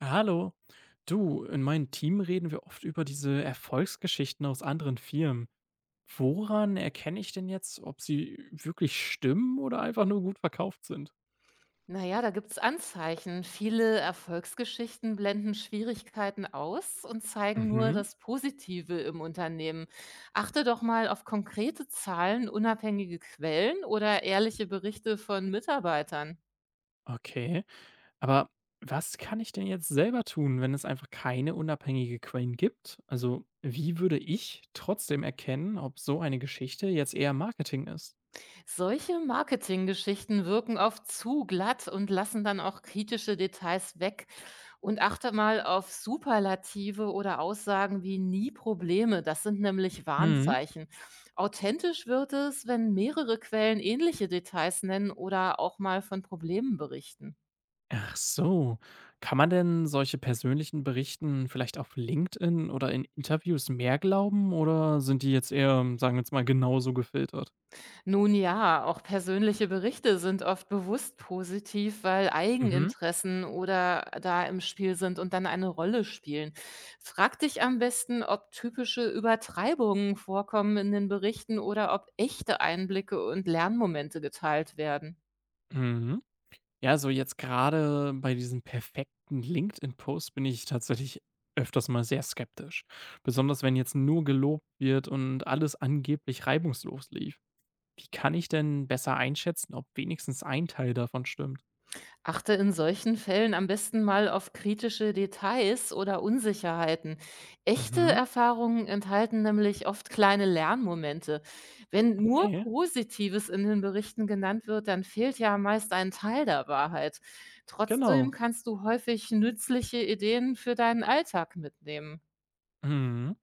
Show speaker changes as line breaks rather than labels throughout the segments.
Ja, hallo. Du, in meinem Team reden wir oft über diese Erfolgsgeschichten aus anderen Firmen. Woran erkenne ich denn jetzt, ob sie wirklich stimmen oder einfach nur gut verkauft sind?
Na ja, da gibt's Anzeichen. Viele Erfolgsgeschichten blenden Schwierigkeiten aus und zeigen nur
Mhm,
das Positive im Unternehmen. Achte doch mal auf konkrete Zahlen, unabhängige Quellen oder ehrliche Berichte von Mitarbeitern.
okay. Aber was kann ich denn jetzt selber tun, wenn es einfach keine unabhängige Quellen gibt? Also, wie würde ich trotzdem erkennen, ob so eine Geschichte jetzt eher Marketing ist?
Solche Marketinggeschichten wirken oft zu glatt und lassen dann auch kritische Details weg. Und achte mal auf Superlative oder Aussagen wie nie Probleme. Das sind nämlich Warnzeichen. Authentisch wird es, wenn mehrere Quellen ähnliche Details nennen oder auch mal von Problemen berichten.
Ach so. Kann man denn solche persönlichen Berichten vielleicht auf LinkedIn oder in Interviews mehr glauben oder sind die jetzt eher, sagen wir jetzt mal, genauso gefiltert?
Nun ja, auch persönliche Berichte sind oft bewusst positiv, weil
Mhm.
Eigeninteressen oder da im Spiel sind und dann eine Rolle spielen. Frag dich am besten, ob typische Übertreibungen vorkommen in den Berichten oder ob echte Einblicke und Lernmomente geteilt werden.
Mhm. Ja, so jetzt gerade bei diesem perfekten LinkedIn-Post bin ich tatsächlich öfters mal sehr skeptisch. Besonders wenn jetzt nur gelobt wird und alles angeblich reibungslos lief. Wie kann ich denn besser einschätzen, ob wenigstens ein Teil davon stimmt?
Achte in solchen Fällen am besten mal auf kritische Details oder Unsicherheiten. Echte
Mhm.
Erfahrungen enthalten nämlich oft kleine Lernmomente. Wenn nur
Okay,
Positives in den Berichten genannt wird, dann fehlt ja meist ein Teil der Wahrheit. Trotzdem
genau.
kannst du häufig nützliche Ideen für deinen Alltag mitnehmen.
Mhm.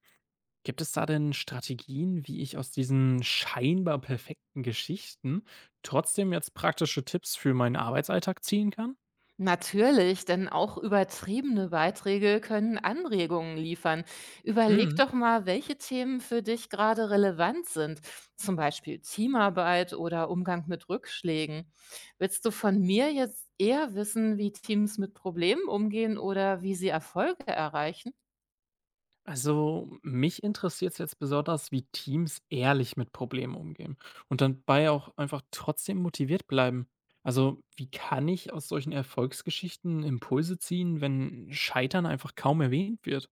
Gibt es da denn Strategien, wie ich aus diesen scheinbar perfekten Geschichten trotzdem jetzt praktische Tipps für meinen Arbeitsalltag ziehen kann?
Natürlich, denn auch übertriebene Beiträge können Anregungen liefern. Überleg
Mhm.
doch mal, welche Themen für dich gerade relevant sind, zum Beispiel Teamarbeit oder Umgang mit Rückschlägen. Willst du von mir jetzt eher wissen, wie Teams mit Problemen umgehen oder wie sie Erfolge erreichen?
Also, mich interessiert es jetzt besonders, wie Teams ehrlich mit Problemen umgehen und dabei auch einfach trotzdem motiviert bleiben. Also, wie kann ich aus solchen Erfolgsgeschichten Impulse ziehen, wenn Scheitern einfach kaum erwähnt wird?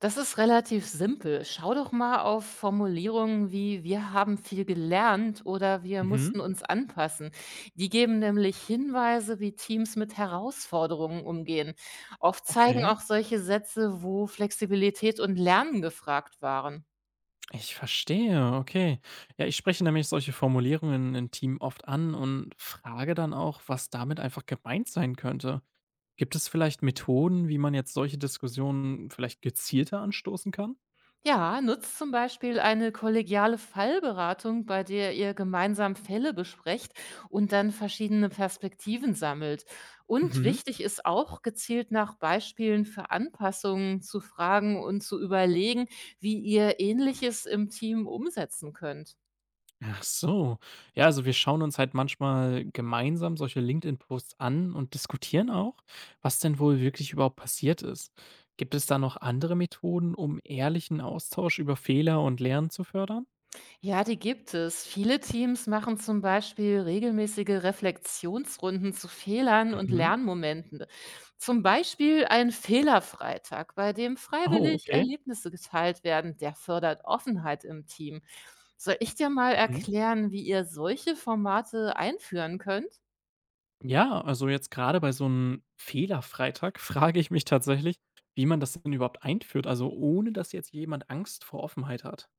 Das ist relativ simpel. Schau doch mal auf Formulierungen wie wir haben viel gelernt oder wir
Mhm.
mussten uns anpassen. Die geben nämlich Hinweise, wie Teams mit Herausforderungen umgehen. Oft zeigen
Okay.
auch solche Sätze, wo Flexibilität und Lernen gefragt waren.
Ich verstehe, okay. Ja, ich spreche nämlich solche Formulierungen im Team oft an und frage dann auch, was damit einfach gemeint sein könnte. Gibt es vielleicht Methoden, wie man jetzt solche Diskussionen vielleicht gezielter anstoßen kann?
Ja, nutzt zum Beispiel eine kollegiale Fallberatung, bei der ihr gemeinsam Fälle besprecht und dann verschiedene Perspektiven sammelt. Und
Mhm.
wichtig ist auch, gezielt nach Beispielen für Anpassungen zu fragen und zu überlegen, wie ihr Ähnliches im Team umsetzen könnt.
Ach so. Ja, also wir schauen uns halt manchmal gemeinsam solche LinkedIn-Posts an und diskutieren auch, was denn wohl wirklich überhaupt passiert ist. Gibt es da noch andere Methoden, um ehrlichen Austausch über Fehler und Lernen zu fördern?
Ja, die gibt es. Viele Teams machen zum Beispiel regelmäßige Reflexionsrunden zu Fehlern und
Mhm.
Lernmomenten. Zum Beispiel ein Fehlerfreitag, bei dem
Oh,
freiwillig
okay.
Erlebnisse geteilt werden. Der fördert Offenheit im Team. Soll ich dir mal
Mhm.
erklären, wie ihr solche Formate einführen könnt?
Ja, also jetzt gerade bei so einem Fehlerfreitag frage ich mich tatsächlich, wie man das denn überhaupt einführt, also ohne dass jetzt jemand Angst vor Offenheit hat.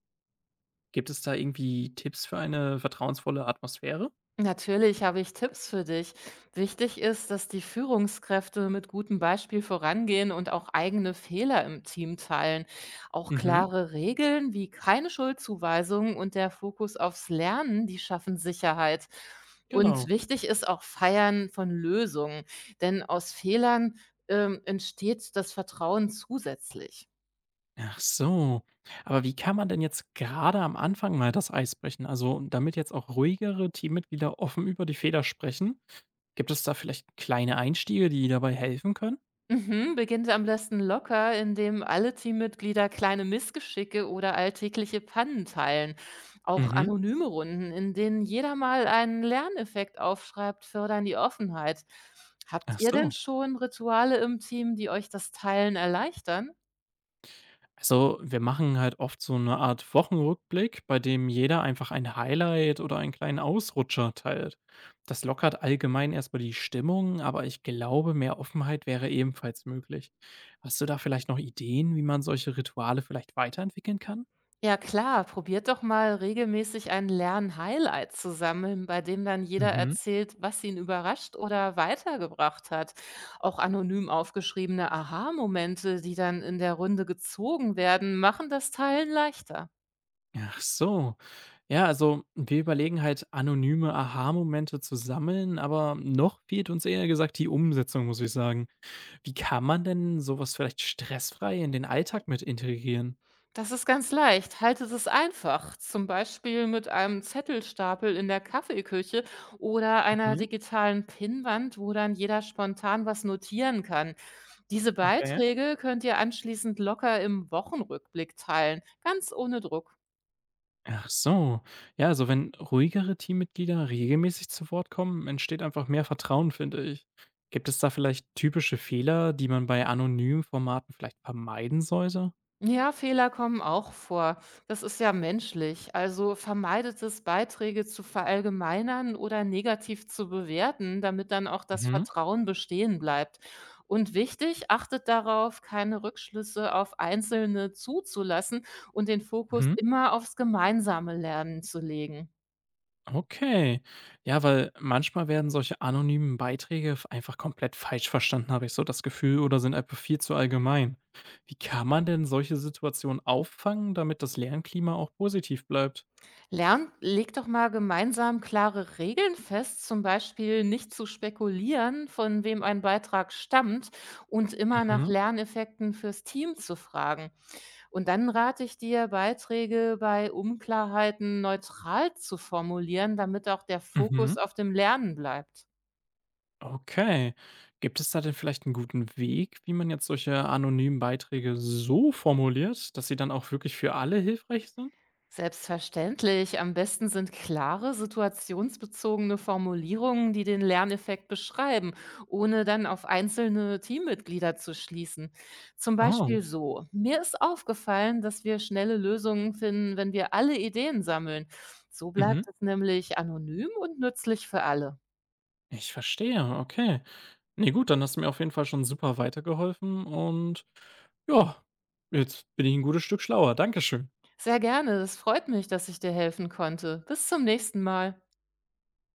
Gibt es da irgendwie Tipps für eine vertrauensvolle Atmosphäre?
Natürlich habe ich Tipps für dich. Wichtig ist, dass die Führungskräfte mit gutem Beispiel vorangehen und auch eigene Fehler im Team teilen. Auch
Mhm,
klare Regeln wie keine Schuldzuweisungen und der Fokus aufs Lernen, die schaffen Sicherheit. Und
genau.
wichtig ist auch Feiern von Lösungen, denn aus Fehlern entsteht das Vertrauen zusätzlich.
Ach so. Aber wie kann man denn jetzt gerade am Anfang mal das Eis brechen? Also, damit jetzt auch ruhigere Teammitglieder offen über die Fehler sprechen? Gibt es da vielleicht kleine Einstiege, die dabei helfen können?
Mhm, beginnt am besten locker, indem alle Teammitglieder kleine Missgeschicke oder alltägliche Pannen teilen. Auch
Mhm.
anonyme Runden, in denen jeder mal einen Lerneffekt aufschreibt, fördern die Offenheit. Habt
Ach
ihr denn
so.
schon Rituale im Team, die euch das Teilen erleichtern?
Also, wir machen halt oft so eine Art Wochenrückblick, bei dem jeder einfach ein Highlight oder einen kleinen Ausrutscher teilt. Das lockert allgemein erst mal die Stimmung, aber ich glaube, mehr Offenheit wäre ebenfalls möglich. Hast du da vielleicht noch Ideen, wie man solche Rituale vielleicht weiterentwickeln kann?
Ja klar, probiert doch mal regelmäßig ein Lern-Highlight zu sammeln, bei dem dann jeder
Mhm.
erzählt, was ihn überrascht oder weitergebracht hat. Auch anonym aufgeschriebene Aha-Momente, die dann in der Runde gezogen werden, machen das Teilen leichter.
Ach so. Ja, also, wir überlegen halt, anonyme Aha-Momente zu sammeln, aber noch fehlt uns eher gesagt die Umsetzung, muss ich sagen. Wie kann man denn sowas vielleicht stressfrei in den Alltag mit integrieren?
Das ist ganz leicht. Haltet es einfach. Zum Beispiel mit einem Zettelstapel in der Kaffeeküche oder einer
Mhm,
digitalen Pinnwand, wo dann jeder spontan was notieren kann. Diese
okay.
Beiträge könnt ihr anschließend locker im Wochenrückblick teilen, ganz ohne Druck.
Ach so. Ja, also wenn ruhigere Teammitglieder regelmäßig zu Wort kommen, entsteht einfach mehr Vertrauen, finde ich. Gibt es da vielleicht typische Fehler, die man bei anonymen Formaten vielleicht vermeiden sollte?
Ja, Fehler kommen auch vor. Das ist ja menschlich. Also vermeidet es, Beiträge zu verallgemeinern oder negativ zu bewerten, damit dann auch das
Mhm,
Vertrauen bestehen bleibt. Und wichtig, achtet darauf, keine Rückschlüsse auf Einzelne zuzulassen und den Fokus
mhm.
immer aufs gemeinsame Lernen zu legen.
Okay. Ja, weil manchmal werden solche anonymen Beiträge einfach komplett falsch verstanden, habe ich so das Gefühl, oder sind einfach viel zu allgemein. Wie kann man denn solche Situationen auffangen, damit das Lernklima auch positiv bleibt?
Lernt, legt doch mal gemeinsam klare Regeln fest, zum Beispiel nicht zu spekulieren, von wem ein Beitrag stammt und immer nach
Mhm,
Lerneffekten fürs Team zu fragen. Und dann rate ich dir, Beiträge bei Unklarheiten neutral zu formulieren, damit auch der Fokus
mhm.
auf dem Lernen bleibt.
Okay. Gibt es da denn vielleicht einen guten Weg, wie man jetzt solche anonymen Beiträge so formuliert, dass sie dann auch wirklich für alle hilfreich sind?
Selbstverständlich. Am besten sind klare, situationsbezogene Formulierungen, die den Lerneffekt beschreiben, ohne dann auf einzelne Teammitglieder zu schließen. Zum Beispiel
Oh,
Mhm. so. Mir ist aufgefallen, dass wir schnelle Lösungen finden, wenn wir alle Ideen sammeln. So
mhm.
bleibt es nämlich anonym und nützlich für alle.
Ich verstehe, okay. Ne, gut, dann hast du mir auf jeden Fall schon super weitergeholfen und ja, jetzt bin ich ein gutes Stück schlauer. Dankeschön.
Sehr gerne. Es freut mich, dass ich dir helfen konnte. Bis zum nächsten Mal.